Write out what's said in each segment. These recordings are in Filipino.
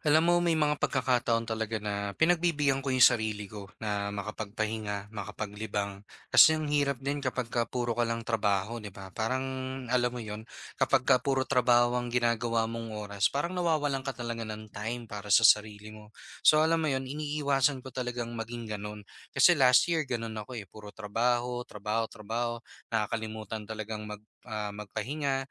Alam mo, may mga pagkakataon talaga na pinagbibigyan ko yung sarili ko na makapagpahinga, makapaglibang. Kasi ang hirap din kapag ka puro ka lang trabaho, di ba? Parang, alam mo yon, kapag ka puro trabaho ang ginagawa mong oras, parang nawawalan ka talaga ng time para sa sarili mo. So alam mo yon, iniiwasan ko talagang maging ganun. Kasi last year, ganun ako eh. Puro trabaho, trabaho, trabaho. Nakakalimutan talagang magpahinga,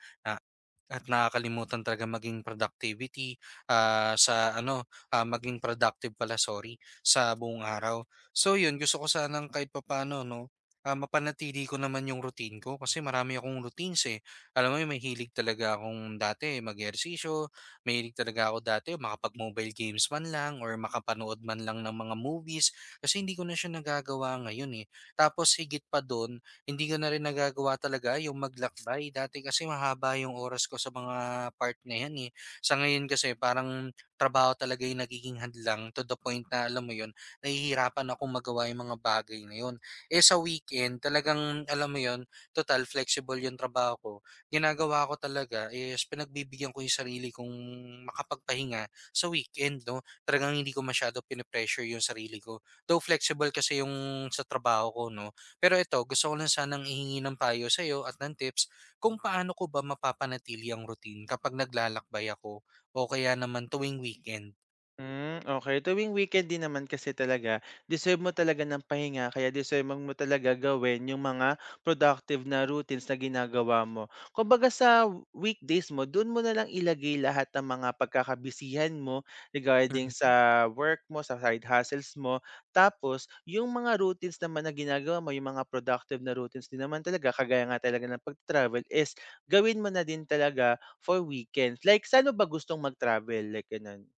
at nakakalimutan talaga maging productivity, sa ano, maging productive pala, sorry, sa buong araw. So yun, gusto ko sanang kahit papaano 'no, mapanatili ko naman yung routine ko kasi marami akong routines, eh. Alam mo yun, may hilig talaga akong dati mag-ehersisyo, mahilig talaga ako dati makapag-mobile games man lang or makapanood man lang ng mga movies kasi hindi ko na siya nagagawa ngayon, eh. Tapos higit pa dun, hindi ko na rin nagagawa talaga yung maglakbay. Dati kasi mahaba yung oras ko sa mga part na yan eh. Sa ngayon kasi parang trabaho talaga yung nagiging hadlang to the point na alam mo yun, nahihirapan akong magawa yung mga bagay na yun. Eh sa weekend, talagang alam mo yun, total flexible yung trabaho ko. Ginagawa ko talaga is pinagbibigyan ko yung sarili kong makapagpahinga sa weekend, no? Talagang hindi ko masyado pinipressure yung sarili ko. Though flexible kasi yung sa trabaho ko, no? Pero ito, gusto ko lang sanang ihingi ng payo sa'yo at ng tips kung paano ko ba mapapanatili ang routine kapag naglalakbay ako o kaya naman tuwing weekend. Hmm, okey. Tuwing weekend din naman kasi talaga, deserve mo talaga ng pahinga kaya deserve mo talaga gawin yung mga productive na routines na ginagawa mo. Kumbaga sa weekdays mo, dun mo na lang ilagay lahat ng mga pagkakabisihan mo regarding sa Mhm. work mo, sa side hustles mo. Tapos yung mga routines naman na ginagawa mo, yung mga productive na routines din naman talaga, kagaya nga talaga ng pag travel is gawin mo na din talaga for weekends. Like saan mo ba gustong mag-travel? Like ganun.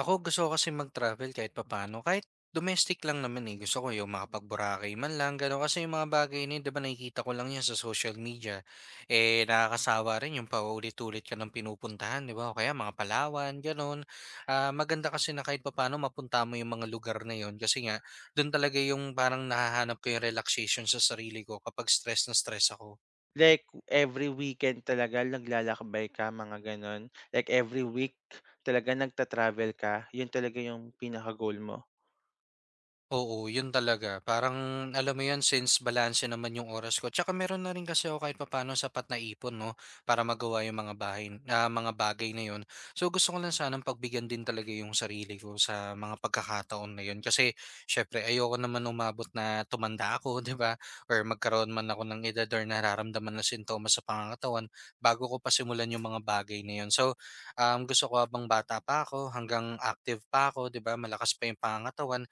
Ako gusto ko kasi mag-travel kahit papaano. Kahit domestic lang naman eh. Gusto ko yung makapag-Boracay man lang. Gano'n kasi yung mga bagay na yun, di ba nakikita ko lang yan sa social media. Eh, nakakasawa rin yung paulit-ulit ka ng pinupuntahan, di ba? O kaya mga Palawan, gano'n. Ah, maganda kasi na kahit papaano mapunta mo yung mga lugar na yun. Kasi nga, doon talaga yung parang nahahanap ko yung relaxation sa sarili ko kapag stress na stress ako. Like every weekend talaga naglalakbay ka mga gano'n? Like every week talaga nagta-travel ka, 'yun talaga yung pinaka-goal mo? Oo, yun talaga. Parang alam mo yun, since balanse naman yung oras ko. Tsaka meron na rin kasi ako kahit papaano sapat na ipon, no, para magawa yung mga mga bagay na yun. So gusto ko lang sanang pagbigyan din talaga yung sarili ko sa mga pagkakataon na yun kasi syempre ayoko naman umabot na tumanda ako, 'di ba? Or magkaroon man ako ng edad or nararamdaman na sintomas sa pangangatawan bago ko pa simulan yung mga bagay na yun. So gusto ko habang bata pa ako, hanggang active pa ako, 'di ba? Malakas pa yung pangangatawan,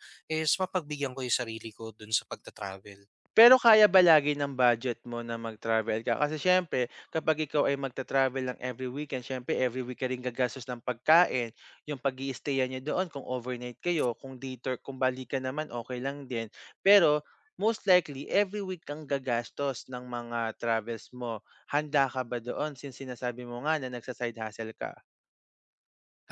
is mapagbigyan ko yung sarili ko dun sa pagta-travel. Pero kaya ba lagi ng budget mo na mag-travel ka? Kasi siyempre kapag ikaw ay magta-travel lang every weekend, siyempre every week ka rin gagastos ng pagkain, yung pag i stay niyo doon kung overnight kayo, kung detour kung balikan naman okay lang din. Pero most likely every week kang gagastos ng mga travels mo. Handa ka ba doon since sinasabi mo nga na nagsa-side hustle ka?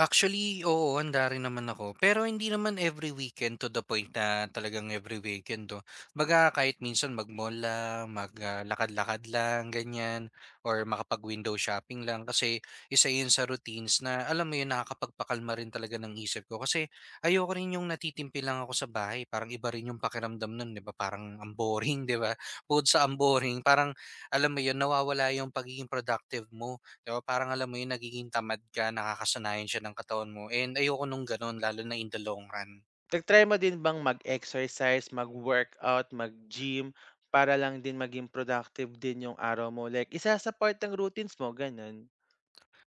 Actually, oo, handa rin naman ako. Pero hindi naman every weekend to the point na talagang every weekend 'no. 'Baga kahit minsan mag-mall lang, lakad-lakad lang ganyan or makapag-window shopping lang kasi isa yun sa routines na alam mo yun, nakakapagpakalma rin talaga ng isip ko. Kasi ayoko rin yung natitimpi lang ako sa bahay, parang iba rin yung pakiramdam nun 'di ba, parang ang boring 'di ba? Bukod sa ang boring parang alam mo yun, nawawala yung pagiging productive mo. 'Di ba parang alam mo yun, nagiging tamad ka, nakakasanayan siya ng katawan mo and ayoko nung gano'n lalo na in the long run. Nag-try mo din bang mag-exercise, mag-workout, mag-gym, para lang din maging productive din yung araw mo? Like, isasaport ang routines mo, ganun?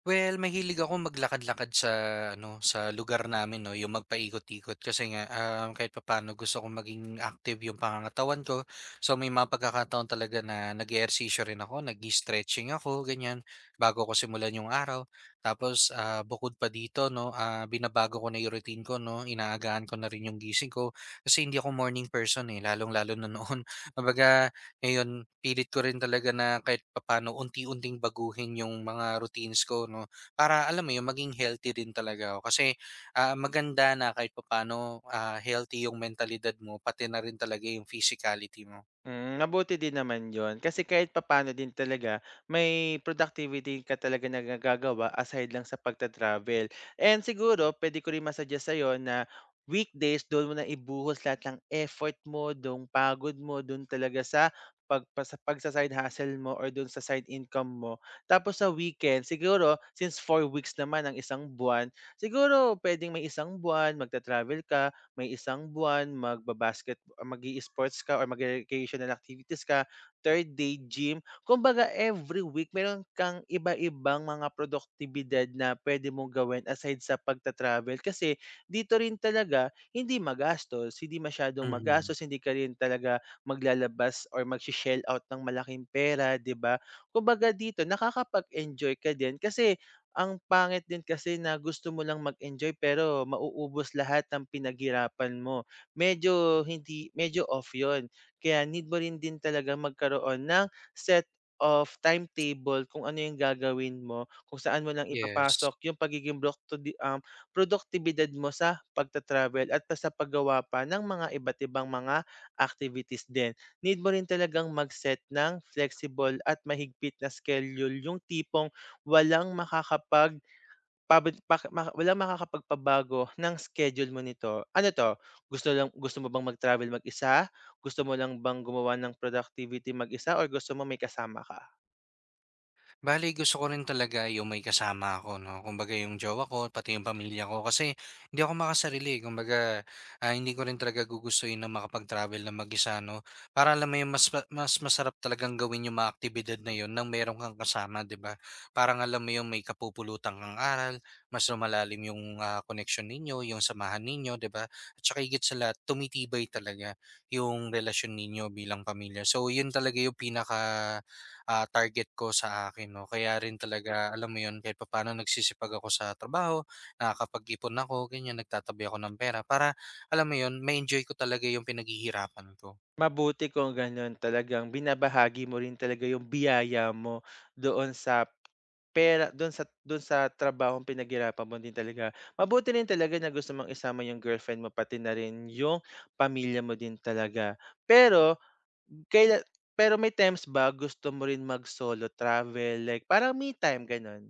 Well, mahilig ako maglakad-lakad sa ano, sa lugar namin 'no, yung magpaikot-ikot kasi nga, kahit papaano gusto kong maging active yung pangangatawan ko. So, may mga pagkakataon talaga na nag-eehersisyo rin ako, nag stretching ako, ganyan, bago ko simulan yung araw. Tapos, bukod pa dito 'no, binabago ko na yung routine ko 'no, inaagahan ko na rin yung gising ko kasi hindi ako morning person, eh, lalong-lalo na noon. Kumbaga ngayon, pilit ko rin talaga na kahit papaano unti-unting baguhin yung mga routines ko 'no, para alam mo yung maging healthy din talaga ako. Kasi, maganda na kahit papaano, healthy yung mentalidad mo pati na rin talaga yung physicality mo. Hmm, mabuti din naman yon kasi kahit papano din talaga may productivity ka talaga na nagagawa aside lang sa pagta-travel. And siguro puwede ko rin sa'yo na weekdays doon mo na ibuhos lahat ng effort mo, doon pagod mo do'n talaga sa pagpa sa pagsa-side hustle mo or do'n sa side income mo. Tapos sa weekend siguro since 4 weeks naman ang isang buwan, siguro puwedeng may isang buwan magta-travel ka, may isang buwan magba-basket mag-i-sports ka or mag-recreational activities ka, third day gym. Kumbaga every week meron kang iba-ibang mga produktibidad na pwede mong gawin aside sa pagta-travel kasi dito rin talaga hindi magastos, hindi masyadong Mhm, magastos, hindi ka rin talaga maglalabas or mag shell out ng malaking pera, 'di ba? Kumbaga dito nakakapag-enjoy ka din kasi ang pangit din kasi na gusto mo lang mag-enjoy pero mauubos lahat ng pinaghirapan mo. Medyo off yon. Kaya need mo rin din talaga magkaroon ng set of timetable kung ano yung gagawin mo, kung saan mo lang yes. ipapasok yung pagiging produktibidad mo sa pagta-travel at pa sa paggawa pa ng mga iba't ibang mga activities din. Need mo rin talagang mag-set ng flexible at mahigpit na schedule yung tipong walang makakapag pabad pak maka walang makakapagpabago ng schedule mo nito. Ano 'to, gusto lang gusto mo bang mag-travel mag-isa? Gusto mo lang bang gumawa ng productivity mag-isa or gusto mo may kasama ka? Bali gusto ko rin talaga yung may kasama ako, 'no? Kumbaga yung jowa ko, pati yung pamilya ko. Kasi hindi ako makasarili. Kumbaga, hindi ko rin talaga gugustuhin na makapag-travel ng mag-isa, 'no? Para alam mo yung mas masarap talagang gawin yung mga aktibidad na yun nang meron kang kasama, 'di ba? Parang alam mo yung may kapupulutan kang aral, mas lumalalim yung, koneksyon ninyo, yung samahan ninyo, 'di ba? At saka higit sa lahat, tumitibay talaga yung relasyon ninyo bilang pamilya. So, yun talaga yung pinaka target ko sa akin 'no. Kaya rin talaga alam mo 'yun, kahit papaano nagsisipag ako sa trabaho, nakakapag-ipon ako, ganiyan, nagtatabi ako ng pera para alam mo 'yun, ma-enjoy ko talaga 'yung pinaghihirapan ko. Mabuti kung gano'n talagang binabahagi mo rin talaga yung biyaya mo doon sa pera doon sa trabahong pinaghirapan mo din talaga. Mabuti rin talaga na gusto mong isama yung girlfriend mo pati na rin yung pamilya mo din talaga. Pero Kaila pero may times ba gusto mo rin mag-solo travel like parang me time, gano'n?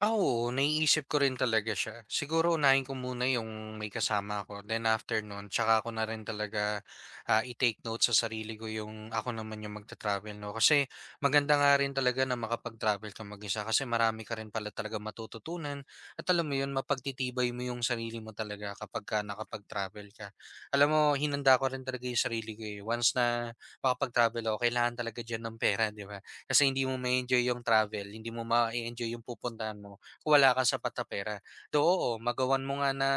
Ah, oo, naiisip ko rin talaga siya. Siguro unahin ko muna yung may kasama ako. Then after nun, tsaka ko na rin talaga i-take note sa sarili ko yung ako naman yung magta-travel, no? Kasi maganda nga rin talaga na makapag-travel ka mag-isa kasi marami ka rin pala talaga matututunan. At alam mo yun, mapagtitibay mo yung sarili mo talaga kapag ka nakapag-travel ka. Alam mo, hinanda ko rin talaga yung sarili ko eh. Once na makapag-travel ako, kailangan talaga dyan ng pera, di ba? Kasi hindi mo ma enjoy yung travel, hindi mo ma enjoy yung pupuntahan mo kung wala kang sapat na pera. Though, oo, magawan mo nga na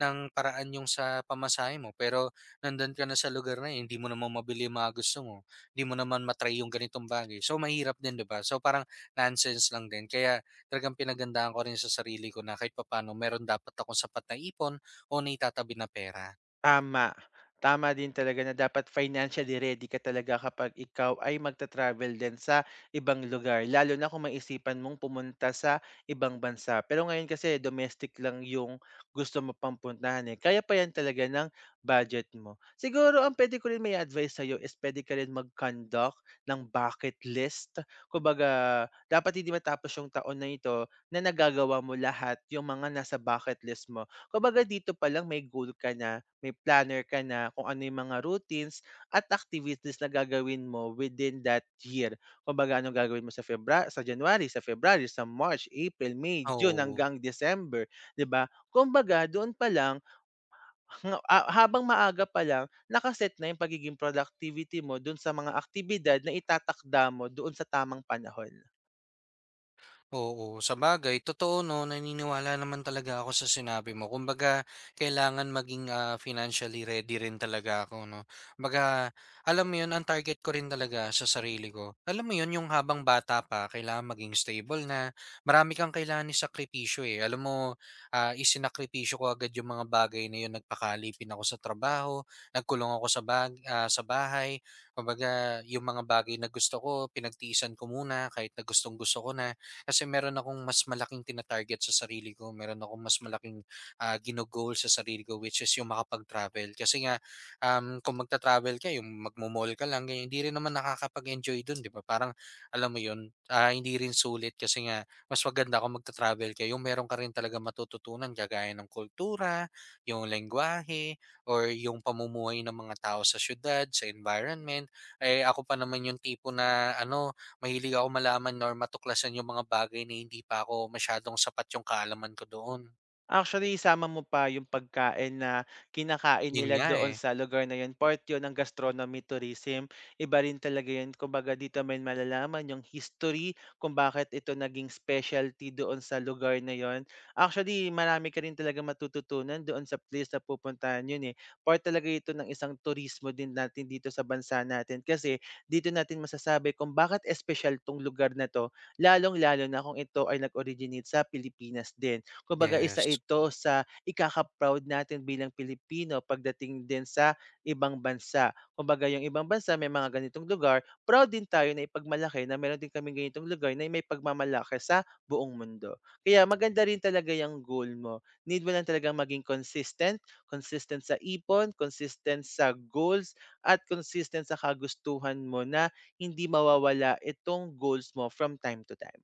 ng paraan yung sa pamasahe mo, pero nandun ka na sa lugar na yun, hindi mo naman mabili yung mga gusto mo, hindi mo naman ma-try yung ganitong bagay. So, mahirap din, 'di ba? So, parang nonsense lang din. Kaya talagang pinaghandaan ko rin sa sarili ko na kahit papaano meron dapat akong sapat na ipon o naitatabi na pera. Tama. Tama din talaga na dapat financially ready ka talaga kapag ikaw ay magta-travel din sa ibang lugar, lalo na kung maisipan mong pumunta sa ibang bansa. Pero ngayon kasi domestic lang yung gusto mo pang puntahan, eh, kaya pa yan talaga ng budget mo. Siguro ang puwede ko rin mai-advice sa'yo is puwede ka rin mag-conduct ng bucket list. Kumbaga, dapat hindi matapos yung taon na ito na nagagawa mo lahat yung mga nasa bucket list mo. Kumbaga dito pa lang may goal ka na, may planner ka na kung ano yung mga routines at activities na gagawin mo within that year. Kumbaga anong gagawin mo sa Febra sa January, sa February, sa March, April, May, June Oo. hanggang December, 'di ba? Kung baga doon pa lang habang maaga pa lang nakaset na yung pagiging productivity mo doon sa mga aktibidad na itatakda mo doon sa tamang panahon. Oo, sabagay totoo 'no, naniniwala naman talaga ako sa sinabi mo. Kumbaga kailangan maging, financially ready rin talaga ako 'no. Kumbaga alam mo 'yun, ang target ko rin talaga sa sarili ko, alam mo 'yun, yung habang bata pa kailangan maging stable na, marami kang kailangan isakripisyo, eh. Alam mo, isinakripisyo ko agad yung mga bagay na 'yun, nagpakalipin ako sa trabaho, nagkulong ako sa sa bahay. Kumbaga yung mga bagay na gusto ko, pinagtiisan ko muna kahit na gustong-gusto ko na. Kasi meron akong mas malaking tina-target sa sarili ko, meron akong mas malaking, gino-goal sa sarili ko which is yung makapag-travel. Kasi nga, kung magta-travel ka, yung magmo-mall ka lang ganyan, hindi rin naman nakakapag-enjoy dun, 'di ba? Parang alam mo yun, hindi rin sulit kasi nga mas maganda kung magta-travel ka, yung meron ka rin talagang matututunan kagaya ng kultura, yung lengguwahe, or yung pamumuhay ng mga tao sa siyudad, sa environment. Eh, ako pa naman yung tipo na ano, mahilig ako malaman or matuklasan yung mga bagay na hindi pa ako masyadong sapat yung kaalaman ko doon. Actually, isama mo pa yung pagkain na kinakain Yun nila nga eh, doon sa lugar na yun, part yun ng gastronomy tourism. Iba rin talaga yun. Kumbaga dito may malalaman yung history kung bakit ito naging specialty doon sa lugar na yun. Actually, marami ka rin talaga matututunan doon sa place na pupuntahan yun eh. Part talaga ito ng isang turismo din natin dito sa bansa natin kasi dito natin masasabi kung bakit espesyal tong lugar na to, lalong-lalo na kung ito ay nag-originate sa Pilipinas din. Kumbaga isa yes. ito sa ikaka-proud natin bilang Pilipino pagdating din sa ibang bansa. Kumbaga yung ibang bansa may mga ganitong lugar, proud din tayo na ipagmalaki na meron din kaming ganitong lugar na may pagmamalaki sa buong mundo. Kaya maganda rin talaga yung goal mo. Need mo lang talagang maging consistent, consistent sa ipon, consistent sa goals, at consistent sa kagustuhan mo na hindi mawawala itong goals mo from time to time.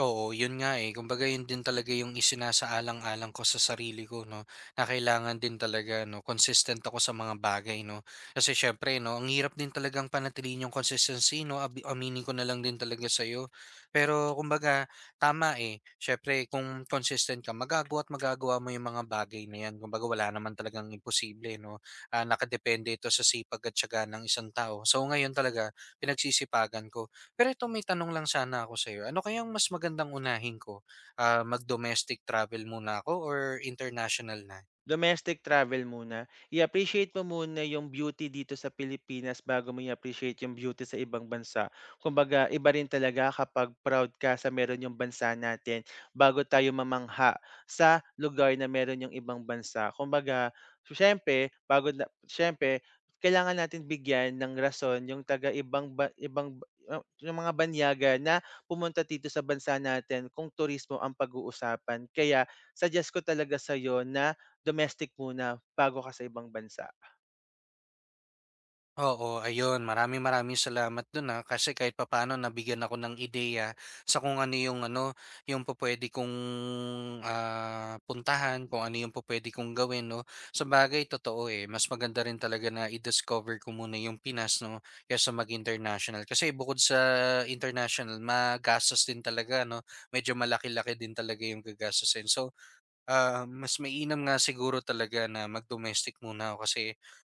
Oo, yun nga, eh. Kumbaga yun din talaga yung isinasaalang-alang ko sa sarili ko 'no, na kailangan din talaga 'no, consistent ako sa mga bagay 'no. Kasi siyempre 'no, ang hirap din talagang panatiliin yung consistency 'no, aminin ko na lang din talaga sa'yo. Pero kumbaga tama, eh, siyempre kung consistent ka magagawa at magagawa mo yung mga bagay na 'yan. Kumbaga wala naman talagang imposible 'no, nakadepende ito sa sipag at tiyaga ng isang tao. So ngayon talaga pinagsisipagan ko, pero ito, may tanong lang sana ako sa iyo. Ano kayang mas magandang unahin ko? Ah, mag-domestic travel muna ako or international na? Domestic travel muna. I-appreciate mo muna yung beauty dito sa Pilipinas bago mo i-appreciate yung beauty sa ibang bansa. Kumbaga, iba rin talaga kapag proud ka sa meron yung bansa natin bago tayo mamangha sa lugar na meron yung ibang bansa. Kumbaga, syempre, bago na, syempre, kailangan natin bigyan ng rason yung taga ibang ba- ah, yung mga banyaga na pumunta dito sa bansa natin kung turismo ang pag-uusapan. Kaya suggest ko talaga sa na domestic muna bago ka sa ibang bansa. Oo, ayun. Maraming maraming salamat dun, kasi kahit papaano nabigyan ako ng ideya sa kung ano, yung pupuwede kong, puntahan, kung ano yung pupuwede kong gawin 'no. Sabagay totoo, eh, mas maganda rin talaga na i-discover ko muna yung Pinas 'no, kaysa mag-international. Kasi bukod sa international magastos din talaga 'no, medyo malaki-laki din talaga yung gagastusin. So mas mainam nga siguro talaga na mag-domestic muna ako kasi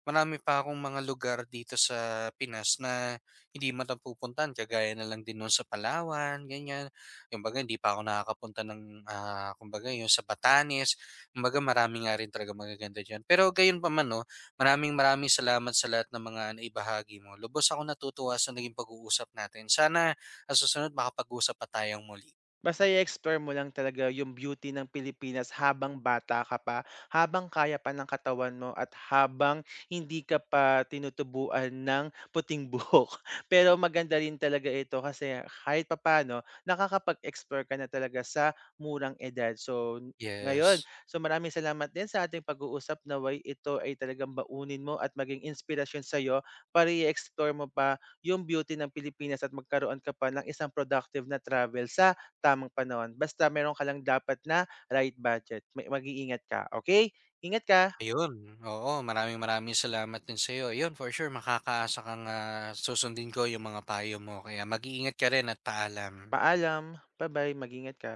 marami pa akong mga lugar dito sa Pinas na hindi man napupuntahan kagaya na lang din nun sa Palawan, ganyan. Kumbaga hindi pa ako nakakapunta ng kumbaga yung sa Batanes. Kumbaga marami nga rin talaga magaganda diyan. Pero gayon pa man no, maraming maraming salamat sa lahat ng mga naibahagi mo. Lubos ako natutuwa sa naging pag-uusap natin. Sana sa susunod makapag-usap pa tayong muli. Basta i-explore mo lang talaga yung beauty ng Pilipinas habang bata ka pa, habang kaya pa ng katawan mo at habang hindi ka pa tinutubuan ng puting buhok. Pero maganda rin talaga ito kasi kahit papaano nakakapag-explore ka na talaga sa murang edad. So ngayon, Yes. so maraming salamat din sa ating pag-uusap na naway ito ay talagang baunin mo at maging inspirasyon sa'yo para i-explore mo pa yung beauty ng Pilipinas at magkaroon ka pa ng isang productive na travel sa tamang panahon. Basta meron ka lang dapat na right budget, may mag-iingat ka, okay? Ingat ka, Ayun, oo. Maraming maraming salamat din sa'yo. Ayun, for sure makakaasa kang, susundin ko yung mga payo mo. Kaya mag-iingat ka rin at paalam. paalam, ba-bye, mag-ingat ka.